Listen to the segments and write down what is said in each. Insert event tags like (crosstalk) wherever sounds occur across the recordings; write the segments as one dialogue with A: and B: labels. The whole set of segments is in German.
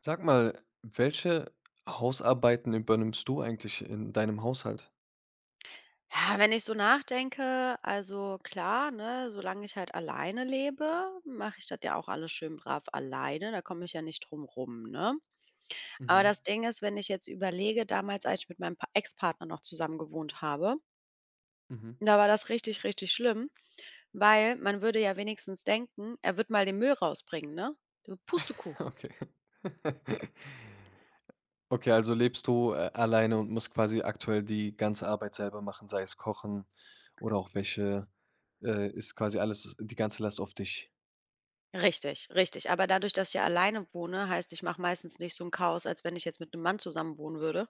A: Sag mal, welche Hausarbeiten übernimmst du eigentlich in deinem Haushalt?
B: Ja, wenn ich so nachdenke, also klar, ne, solange ich halt alleine lebe, mache ich das ja auch alles schön brav alleine. Da komme ich ja nicht drum rum, ne? Aber
A: Mhm,
B: das Ding ist, wenn ich jetzt überlege, damals, als ich mit meinem Ex-Partner noch zusammen gewohnt habe,
A: mhm.
B: da war das richtig, richtig schlimm, weil man würde ja wenigstens denken, er wird mal den Müll rausbringen, ne? Du
A: (laughs)
B: Pustekuchen.
A: Okay. (laughs) Okay, also lebst du, alleine und musst quasi aktuell die ganze Arbeit selber machen, sei es Kochen oder auch Wäsche, ist quasi alles die ganze Last auf dich?
B: Richtig, richtig. Aber dadurch, dass ich ja alleine wohne, heißt, ich mache meistens nicht so 'n Chaos, als wenn ich jetzt mit 'nem Mann zusammen wohnen würde.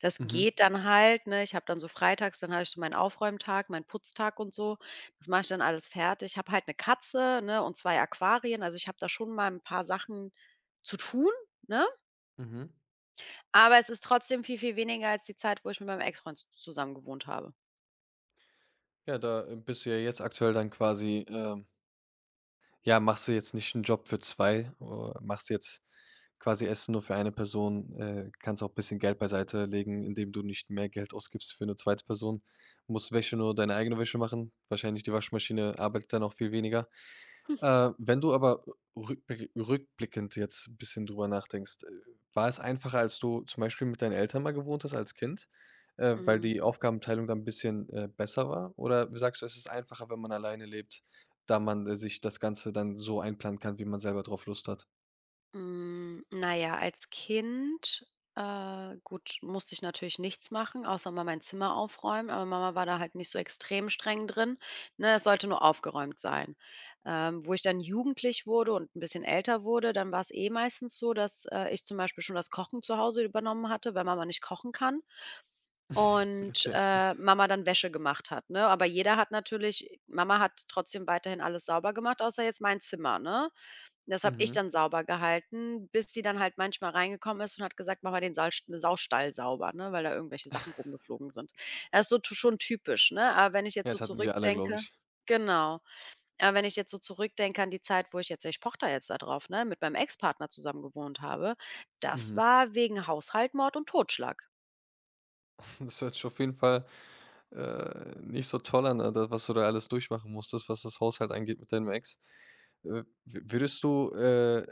B: Das
A: Mhm,
B: geht dann halt, ne? Ich habe dann so freitags dann habe ich so meinen Aufräumtag, meinen Putztag und so. Das mache ich dann alles fertig. Ich habe halt 'ne Katze, ne, und 2 Aquarien. Also, ich habe da schon mal 'n paar Sachen zu tun, ne?
A: mhm.
B: Aber es ist trotzdem viel, viel weniger als die Zeit, wo ich mit meinem Ex-Freund z zusammen gewohnt habe.
A: Ja, da, bist du ja jetzt aktuell dann quasi, ja, machst du jetzt nicht einen Job für 2? O Machst jetzt quasi Essen nur für eine Person, kannst auch ein bisschen Geld beiseite legen, indem du nicht mehr Geld ausgibst für eine zweite Person. Musst Wäsche nur deine eigene Wäsche machen. Wahrscheinlich die Waschmaschine arbeitet dann auch viel weniger. Wenn du aber rückblickend jetzt 'n bisschen drüber nachdenkst, war es einfacher, als du zum Beispiel mit deinen Eltern mal gewohnt hast als Kind, weil die
B: Mhm.
A: Aufgabenteilung dann 'n bisschen, besser war? Oder sagst du, es ist einfacher, wenn man alleine lebt, da man, sich das Ganze dann so einplanen kann, wie man selber drauf Lust hat?
B: Hm, na ja, als Kind, gut, musste ich natürlich nichts machen, außer mal mein Zimmer aufräumen, aber Mama war da halt nicht so extrem streng drin, ne? Es sollte nur aufgeräumt sein. Wo ich dann jugendlich wurde und ein bisschen älter wurde, dann war es eh meistens so, dass, ich zum Beispiel schon das Kochen zu Hause übernommen hatte, weil Mama nicht kochen kann und,
A: (laughs) Okay.
B: Mama dann Wäsche gemacht hat, ne? Aber jeder hat natürlich Mama hat trotzdem weiterhin alles sauber gemacht, außer jetzt mein Zimmer, ne? Das habe ich
A: Mhm.
B: dann sauber gehalten, bis sie dann halt manchmal reingekommen ist und hat gesagt: „Mach mal den Saustall sauber“, ne, weil da irgendwelche Sachen rumgeflogen sind. Das ist so t schon typisch, ne? Aber wenn ich
A: Ja,
B: jetzt so
A: das hatten wir alle, glaube
B: zurückdenke.
A: ich.
B: Genau. Aber wenn ich jetzt so zurückdenke an die Zeit, wo ich jetzt ich pochte da jetzt da drauf, ne, mit meinem Ex-Partner zusammen gewohnt habe, das
A: Mhm.
B: war wegen Haushalt, Mord und Totschlag.
A: Das hört sich auf jeden Fall, nicht so toll an, da was du da alles durchmachen musstest, was das Haushalt angeht mit deinem Ex. Wü würdest du,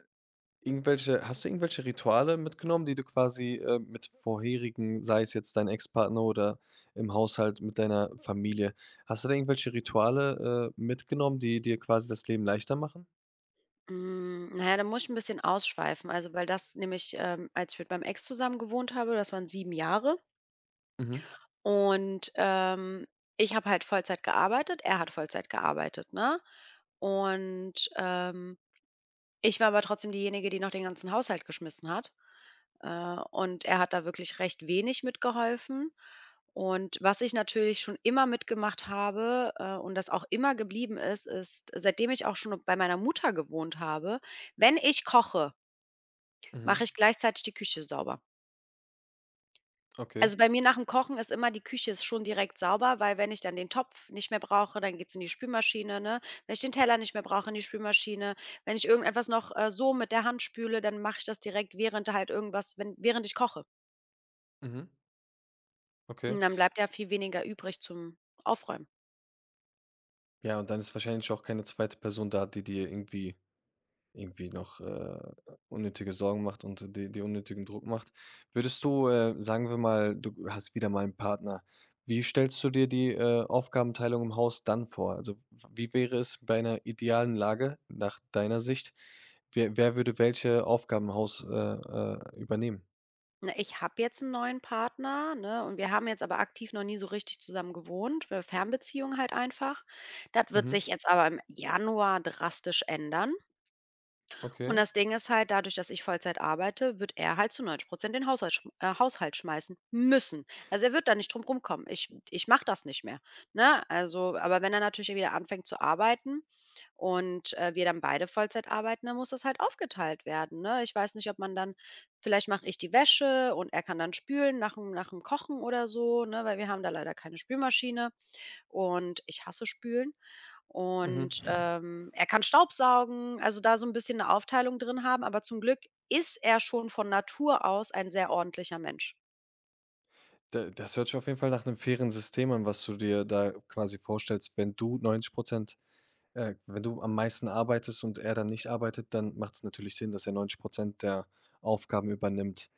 A: irgendwelche hast du irgendwelche Rituale mitgenommen, die du quasi, mit vorherigen, sei es jetzt dein Ex-Partner oder im Haushalt mit deiner Familie hast du da irgendwelche Rituale, mitgenommen, die dir quasi das Leben leichter machen?
B: Hm, na ja, da muss ich ein bisschen ausschweifen, also, weil das nämlich, als ich mit meinem Ex zusammen gewohnt habe, das waren 7 Jahre
A: Mhm.
B: und, ich habe halt Vollzeit gearbeitet, er hat Vollzeit gearbeitet, ne? Und, ich war aber trotzdem diejenige, die noch den ganzen Haushalt geschmissen hat, äh, und er hat da wirklich recht wenig mitgeholfen. Und was ich natürlich schon immer mitgemacht habe, und das auch immer geblieben ist, ist, seitdem ich auch schon bei meiner Mutter gewohnt habe, wenn ich koche, mache
A: Mhm.
B: ich gleichzeitig die Küche sauber.
A: Okay.
B: Also, bei mir nach dem Kochen ist immer die Küche ist schon direkt sauber, weil wenn ich dann den Topf nicht mehr brauche, dann geht's in die Spülmaschine, ne? Wenn ich den Teller nicht mehr brauche, in die Spülmaschine. Wenn ich irgendetwas noch, so mit der Hand spüle, dann mache ich das direkt, während halt irgendwas wenn während ich koche.
A: Mhm. Okay.
B: Und dann bleibt ja viel weniger übrig zum Aufräumen.
A: Ja, und dann ist wahrscheinlich auch keine zweite Person da, die dir irgendwie irgendwie noch, unnötige Sorgen macht und die dir unnötigen Druck macht. Würdest du, sagen wir mal, du hast wieder mal einen Partner. Wie stellst du dir die, Aufgabenteilung im Haus dann vor? Also, wie wäre es bei einer idealen Lage nach deiner Sicht? Wer würde welche Aufgaben im Haus, übernehmen?
B: Ne, ich habe jetzt einen neuen Partner, ne, und wir haben jetzt aber aktiv noch nie so richtig zusammen gewohnt, Fernbeziehung halt einfach. Das wird
A: Mhm,
B: sich jetzt aber im Januar drastisch ändern. Und
A: okay.
B: das Ding ist halt, dadurch, dass ich Vollzeit arbeite, wird er halt zu 90 den Haushalt, Haushalt schmeißen müssen. Also er wird da nicht drum rumkommen. Ich mache das nicht mehr. Ne? Also, aber wenn er natürlich wieder anfängt zu arbeiten und wir dann beide Vollzeit arbeiten, dann muss das halt aufgeteilt werden. Ne? Ich weiß nicht, ob man dann, vielleicht mache ich die Wäsche und er kann dann spülen nach dem Kochen oder so, ne? Weil wir haben da leider keine Spülmaschine und ich hasse Spülen.
A: Mhm.
B: Und, er kann Staubsaugen, also da so ein bisschen eine Aufteilung drin haben, aber zum Glück ist er schon von Natur aus ein sehr ordentlicher Mensch.
A: Da das hört sich auf jeden Fall nach einem fairen System an, was du dir da quasi vorstellst, wenn du 90. Wenn du am meisten arbeitest und er dann nicht arbeitet, dann macht es natürlich Sinn, dass er 90 der Aufgaben übernimmt.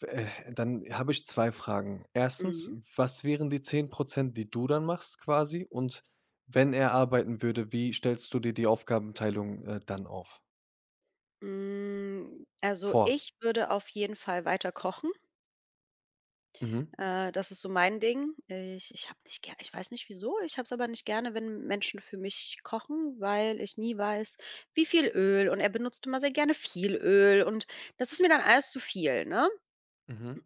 A: Dann habe ich 2 Fragen. Erstens:
B: Mhm.
A: Was wären die 10, die du dann machst quasi? Und wenn er arbeiten würde, wie stellst du dir die Aufgabenteilung, dann auf
B: Hm, also,
A: vor?
B: ich würde auf jeden Fall weiter kochen.
A: Mhm,
B: Das ist so mein Ding. Ich habe nicht gerne. Ich weiß nicht wieso, ich habe es aber nicht gerne, wenn Menschen für mich kochen, weil ich nie weiß, wie viel Öl, und er benutzt immer sehr gerne viel Öl und das ist mir dann alles zu viel, ne?
A: mhm.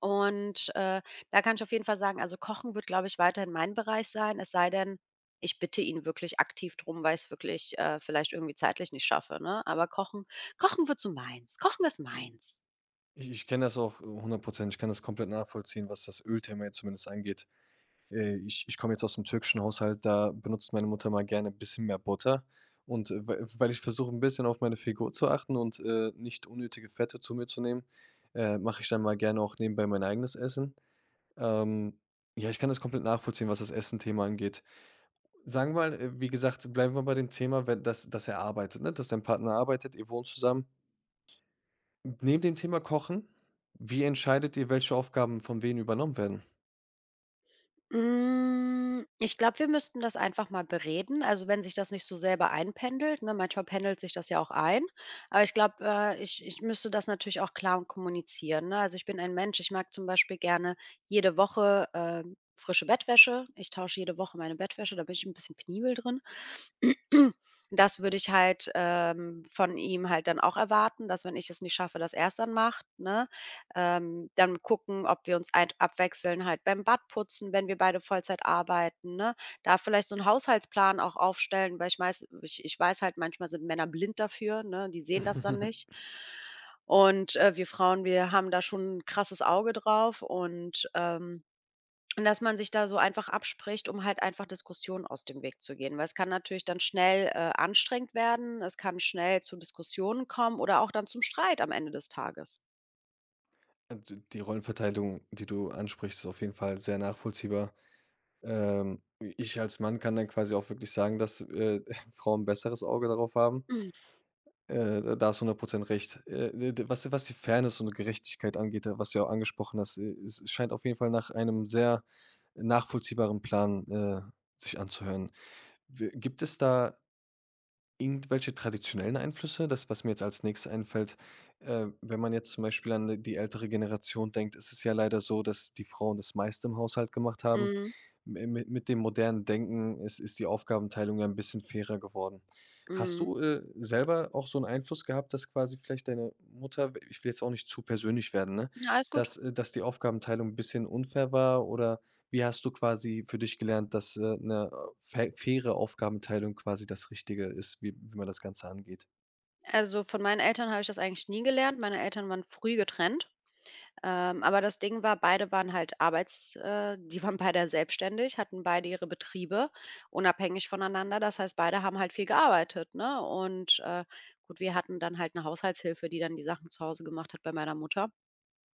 B: Und, da kann ich auf jeden Fall sagen, also, Kochen wird, glaube ich, weiterhin mein Bereich sein, es sei denn, ich bitte ihn wirklich aktiv drum, weil ich es wirklich, vielleicht irgendwie zeitlich nicht schaffe, ne? Aber Kochen wird so meins. Kochen ist meins.
A: Ich kenne das auch, hundert Prozent. Ich kann das komplett nachvollziehen, was das Ölthema jetzt zumindest angeht. Ich komme jetzt aus dem türkischen Haushalt, da benutzt meine Mutter mal gerne ein bisschen mehr Butter. Und, weil ich versuche ein bisschen auf meine Figur zu achten und, nicht unnötige Fette zu mir zu nehmen, mache ich dann mal gerne auch nebenbei mein eigenes Essen. Ähm, ja, ich kann das komplett nachvollziehen, was das Essen-Thema angeht. Sagen wir mal, wie gesagt, bleiben wir bei dem Thema, wenn dass er arbeitet, ne? Dass dein Partner arbeitet, ihr wohnt zusammen. Neben dem Thema Kochen, wie entscheidet ihr, welche Aufgaben von wem übernommen werden?
B: Hm, ich glaube, wir müssten das einfach mal bereden. Also, wenn sich das nicht so selber einpendelt, ne? Manchmal pendelt sich das ja auch ein. Aber ich glaube, ich müsste das natürlich auch klar und kommunizieren, ne? Also, ich bin ein Mensch, ich mag zum Beispiel gerne jede Woche, frische Bettwäsche. Ich tausche jede Woche meine Bettwäsche, da bin ich ein bisschen penibel drin. Das würde ich halt, von ihm halt dann auch erwarten, dass wenn ich es nicht schaffe, dass er es dann macht, ne? Dann gucken, ob wir uns halt abwechseln halt beim Badputzen, wenn wir beide Vollzeit arbeiten, ne? Da vielleicht so einen Haushaltsplan auch aufstellen, weil ich weiß halt, manchmal sind Männer blind dafür, ne? Die sehen das dann nicht.
A: (laughs)
B: Und, wir Frauen, wir haben da schon 'n krasses Auge drauf und dass man sich da so einfach abspricht, um halt einfach Diskussionen aus dem Weg zu gehen. Weil es kann natürlich dann schnell, anstrengend werden. Es kann schnell zu Diskussionen kommen oder auch dann zum Streit am Ende des Tages.
A: D Die Rollenverteilung, die du ansprichst, ist auf jeden Fall sehr nachvollziehbar. Ich als Mann kann dann quasi auch wirklich sagen, dass, (laughs) Frauen 'n besseres Auge darauf haben.
B: Mhm.
A: Da hast du hundert Prozent recht. D was die Fairness und Gerechtigkeit angeht, was du ja auch angesprochen hast, es scheint auf jeden Fall nach einem sehr nachvollziehbaren Plan, sich anzuhören. W Gibt es da irgendwelche traditionellen Einflüsse? Das, was mir jetzt als Nächstes einfällt, wenn man jetzt zum Beispiel an die ältere Generation denkt, ist es ja leider so, dass die Frauen das meiste im Haushalt gemacht haben.
B: Mhm.
A: Mi mi mit dem modernen Denken ist die Aufgabenteilung ja ein bisschen fairer geworden. Hast
B: Mhm.
A: du, selber auch so einen Einfluss gehabt, dass quasi vielleicht deine Mutter ich will jetzt auch nicht zu persönlich werden, ne,
B: Ja, alles gut.
A: dass dass die Aufgabenteilung ein bisschen unfair war oder wie hast du quasi für dich gelernt, dass, 'ne fa faire Aufgabenteilung quasi das Richtige ist, wie man das Ganze angeht?
B: Also, von meinen Eltern habe ich das eigentlich nie gelernt. Meine Eltern waren früh getrennt. Aber das Ding war, beide waren halt arbeits die waren beide selbstständig, hatten beide ihre Betriebe unabhängig voneinander. Das heißt, beide haben halt viel gearbeitet, ne? Und, gut, wir hatten dann halt eine Haushaltshilfe, die dann die Sachen zu Hause gemacht hat bei meiner Mutter.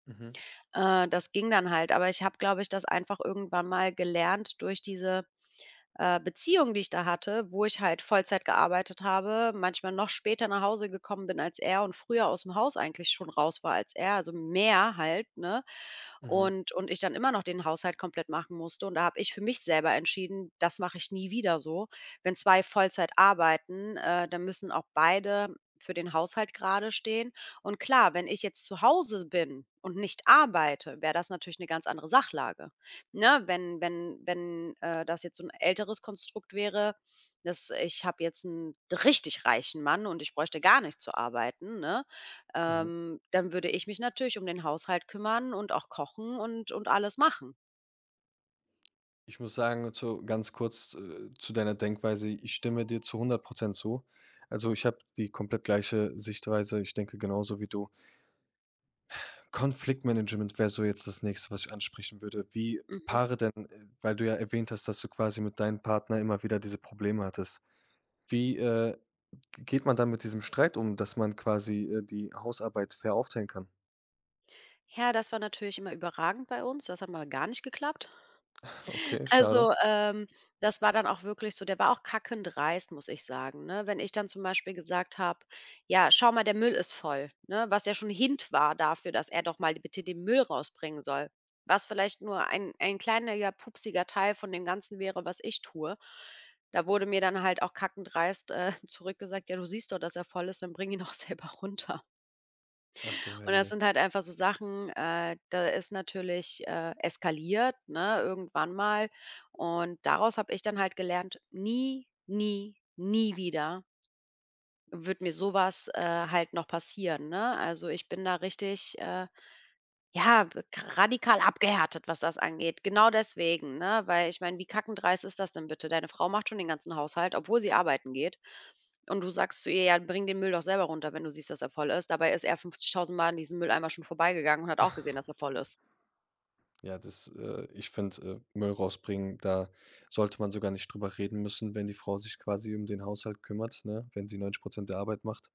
A: Mhm,
B: Das ging dann halt, aber ich habe, glaube ich, das einfach irgendwann mal gelernt durch diese Beziehung, die ich da hatte, wo ich halt Vollzeit gearbeitet habe, manchmal noch später nach Hause gekommen bin als er und früher aus dem Haus eigentlich schon raus war als er, also mehr halt, ne?
A: mhm,
B: Und ich dann immer noch den Haushalt komplett machen musste. Und da habe ich für mich selber entschieden, das mache ich nie wieder so. Wenn 2 Vollzeit arbeiten, dann müssen auch beide für den Haushalt gerade stehen. Und klar, wenn ich jetzt zu Hause bin und nicht arbeite, wäre das natürlich eine ganz andere Sachlage. Ne, wenn das jetzt so 'n älteres Konstrukt wäre, dass ich habe jetzt einen richtig reichen Mann und ich bräuchte gar nicht zu arbeiten, ne?
A: mhm.
B: Dann würde ich mich natürlich um den Haushalt kümmern und auch kochen und alles machen.
A: Ich muss sagen, zu ganz kurz, zu deiner Denkweise, ich stimme dir zu hundert Prozent zu. Also, ich habe die komplett gleiche Sichtweise. Ich denke genauso wie du. Konfliktmanagement wäre so jetzt das Nächste, was ich ansprechen würde. Wie
B: Mhm.
A: Paare denn, weil du ja erwähnt hast, dass du quasi mit deinem Partner immer wieder diese Probleme hattest. Wie, geht man dann mit diesem Streit um, dass man quasi, die Hausarbeit fair aufteilen kann?
B: Ja, das war natürlich immer überragend bei uns. Das hat mal gar nicht geklappt.
A: (laughs) Okay, schade.
B: Also, das war dann auch wirklich so der war auch kackend dreist, muss ich sagen, ne? Wenn ich dann zum Beispiel gesagt habe: „Ja, schau mal, der Müll ist voll“, ne? Was ja schon 'n Hint war dafür, dass er doch mal bitte den Müll rausbringen soll, was vielleicht nur ein kleiner ja, pupsiger Teil von dem Ganzen wäre, was ich tue. Da wurde mir dann halt auch kackend dreist, (laughs) zurückgesagt: „Ja, du siehst doch, dass er voll ist, dann bring ihn (laughs) auch selber runter.“
A: Ach du
B: Und das
A: Heilige.
B: sind halt einfach so Sachen, da ist natürlich, eskaliert, ne, irgendwann mal. Und daraus habe ich dann halt gelernt: „Nie, nie, nie wieder wird mir sowas halt noch passieren“, ne? Also, ich bin da richtig, ja, b k radikal abgehärtet, was das angeht. Genau deswegen, ne? Weil ich meine, wie kackendreist ist das denn bitte? Deine Frau macht schon den ganzen Haushalt, obwohl sie arbeiten geht. Und du sagst zu ihr: „Ja, bring den Müll doch selber runter, wenn du siehst, dass er voll ist.“ Dabei ist er 50.000 Mal an diesem Mülleimer schon vorbeigegangen und hat auch gesehen, dass er voll ist.
A: Ja, das, ich finde, Müll rausbringen, da sollte man sogar nicht drüber reden müssen, wenn die Frau sich quasi um den Haushalt kümmert, ne? Wenn sie neunzig Prozent der Arbeit macht,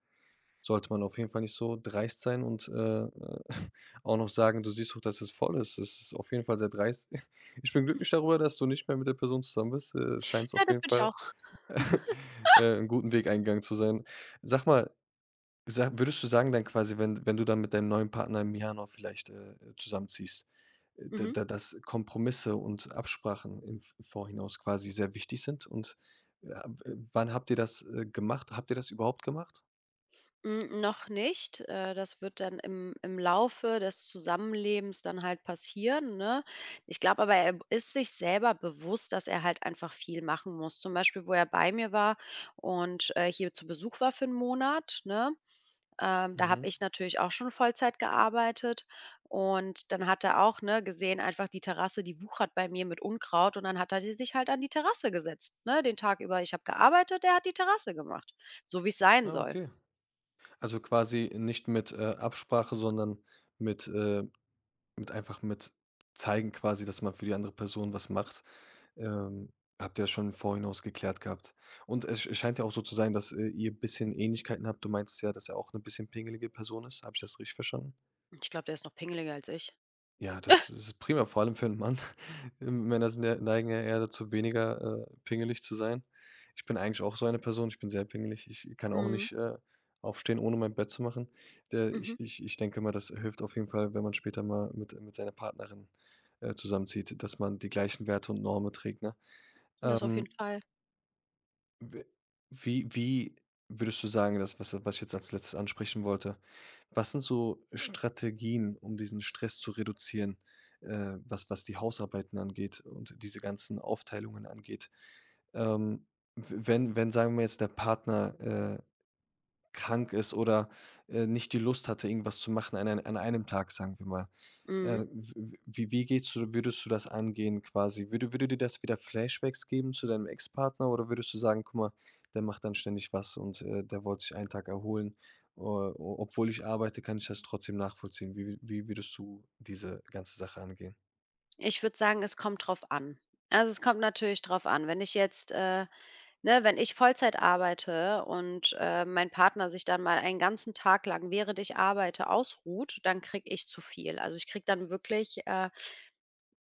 A: sollte man auf jeden Fall nicht so dreist sein und, äh, (laughs) auch noch sagen: „Du siehst doch, dass es voll ist.“ Es ist auf jeden Fall sehr dreist. (laughs) Ich bin glücklich darüber, dass du nicht mehr mit der Person zusammen bist, scheint es
B: Ja,
A: auf
B: das
A: jeden
B: bin ich
A: Fall
B: auch.
A: (laughs) 'N guten Weg eingegangen zu sein. Sag mal, sa würdest du sagen dann quasi, wenn du dann mit deinem neuen Partner im Januar vielleicht, zusammenziehst, da
B: Mhm.
A: da dass Kompromisse und Absprachen im V Vorhinaus quasi sehr wichtig sind und, ab wann habt ihr das, gemacht? Habt ihr das überhaupt gemacht?
B: Hm, noch nicht. Das wird dann im Laufe des Zusammenlebens dann halt passieren, ne? Ich glaube aber, er ist sich selber bewusst, dass er halt einfach viel machen muss. Zum Beispiel, wo er bei mir war und, hier zu Besuch war für einen Monat, ne? Da
A: Mhm.
B: habe ich natürlich auch schon Vollzeit gearbeitet und dann hat er auch, ne, gesehen, einfach die Terrasse, die wuchert bei mir mit Unkraut, und dann hat er die sich halt an die Terrasse gesetzt, ne, den Tag über. Ich habe gearbeitet, er hat die Terrasse gemacht, so wie es sein
A: Ah,
B: soll.
A: okay. Also, quasi nicht mit, Absprache, sondern mit, äh mit einfach mit zeigen quasi, dass man für die andere Person was macht. Ähm, habt ihr schon im Vorhinaus geklärt gehabt. Und es scheint ja auch so zu sein, dass, ihr ein bisschen Ähnlichkeiten habt. Du meinst ja, dass er auch eine bisschen pingelige Person ist. Habe ich das richtig verstanden?
B: Ich glaube, der ist noch pingeliger als ich.
A: Ja, das ist prima, vor allem für einen Mann. (laughs) Männer sind ja neigen ja eher dazu, weniger, pingelig zu sein. Ich bin eigentlich auch so eine Person. Ich bin sehr pingelig. Ich kann auch
B: Mhm,
A: nicht, aufstehen, ohne mein Bett zu machen. Der
B: mhm,
A: ich ich ich denke mal, das hilft auf jeden Fall, wenn man später mal mit seiner Partnerin, zusammenzieht, dass man die gleichen Werte und Normen trägt, ne?
B: das auf jeden
A: Ähm
B: Fall.
A: W wie wie würdest du sagen, das, was ich jetzt als Letztes ansprechen wollte was sind so Strategien, um diesen Stress zu reduzieren, was die Hausarbeiten angeht und diese ganzen Aufteilungen angeht? Ähm, w wenn wenn, sagen wir jetzt, der Partner, krank ist oder, nicht die Lust hatte, irgendwas zu machen an ein an einem Tag, sagen wir mal.
B: Mhm.
A: W wie wie gehst du würdest du das angehen quasi? Würde dir das wieder Flashbacks geben zu deinem Ex-Partner oder würdest du sagen: „Guck mal, der macht dann ständig was und, der wollte sich einen Tag erholen. O obwohl ich arbeite, kann ich das trotzdem nachvollziehen.“ Wie würdest du diese ganze Sache angehen?
B: Ich würde sagen, es kommt drauf an. Also, es kommt natürlich drauf an. Wenn ich jetzt ne, wenn ich Vollzeit arbeite und, mein Partner sich dann mal einen ganzen Tag lang, während ich arbeite, ausruht, dann kriege ich zu viel. Also, ich kriege dann wirklich,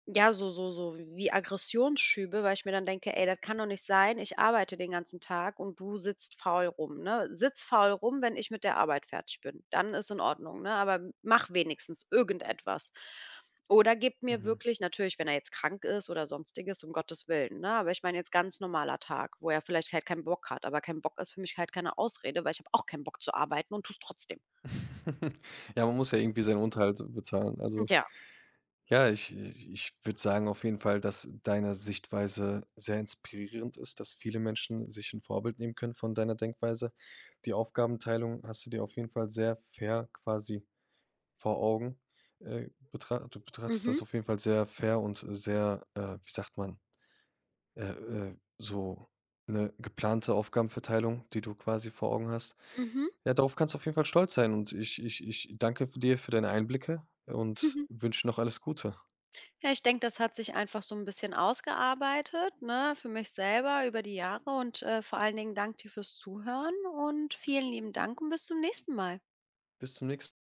B: ja, so so so wie Aggressionsschübe, weil ich mir dann denke: „Ey, das kann doch nicht sein. Ich arbeite den ganzen Tag und du sitzt faul rum“, ne? Sitz faul rum, wenn ich mit der Arbeit fertig bin. Dann ist in Ordnung, ne? Aber mach wenigstens irgendetwas. Oder gib mir
A: Mhm.
B: wirklich natürlich, wenn er jetzt krank ist oder Sonstiges, um Gottes Willen, ne? Aber ich meine jetzt ganz normaler Tag, wo er vielleicht halt keinen Bock hat. Aber kein Bock ist für mich halt keine Ausrede, weil ich habe auch keinen Bock zu arbeiten und tue es trotzdem.
A: (laughs) Ja, man muss ja irgendwie seinen Unterhalt bezahlen, also
B: Ja.
A: Ja, ich würde sagen auf jeden Fall, dass deine Sichtweise sehr inspirierend ist, dass viele Menschen sich ein Vorbild nehmen können von deiner Denkweise. Die Aufgabenteilung hast du dir auf jeden Fall sehr fair quasi vor Augen. Betra du betrachtest
B: Mhm.
A: das auf jeden Fall sehr fair und sehr, wie sagt man, so eine geplante Aufgabenverteilung, die du quasi vor Augen hast.
B: Mhm.
A: Ja, darauf kannst du auf jeden Fall stolz sein und ich danke dir für deine Einblicke und
B: (laughs)
A: wünsche noch alles Gute.
B: Ja, ich denke, das hat sich einfach so ein bisschen ausgearbeitet, ne, für mich selber über die Jahre und, vor allen Dingen danke dir fürs Zuhören und vielen lieben Dank und bis zum nächsten Mal.
A: Bis zum nächsten Mal.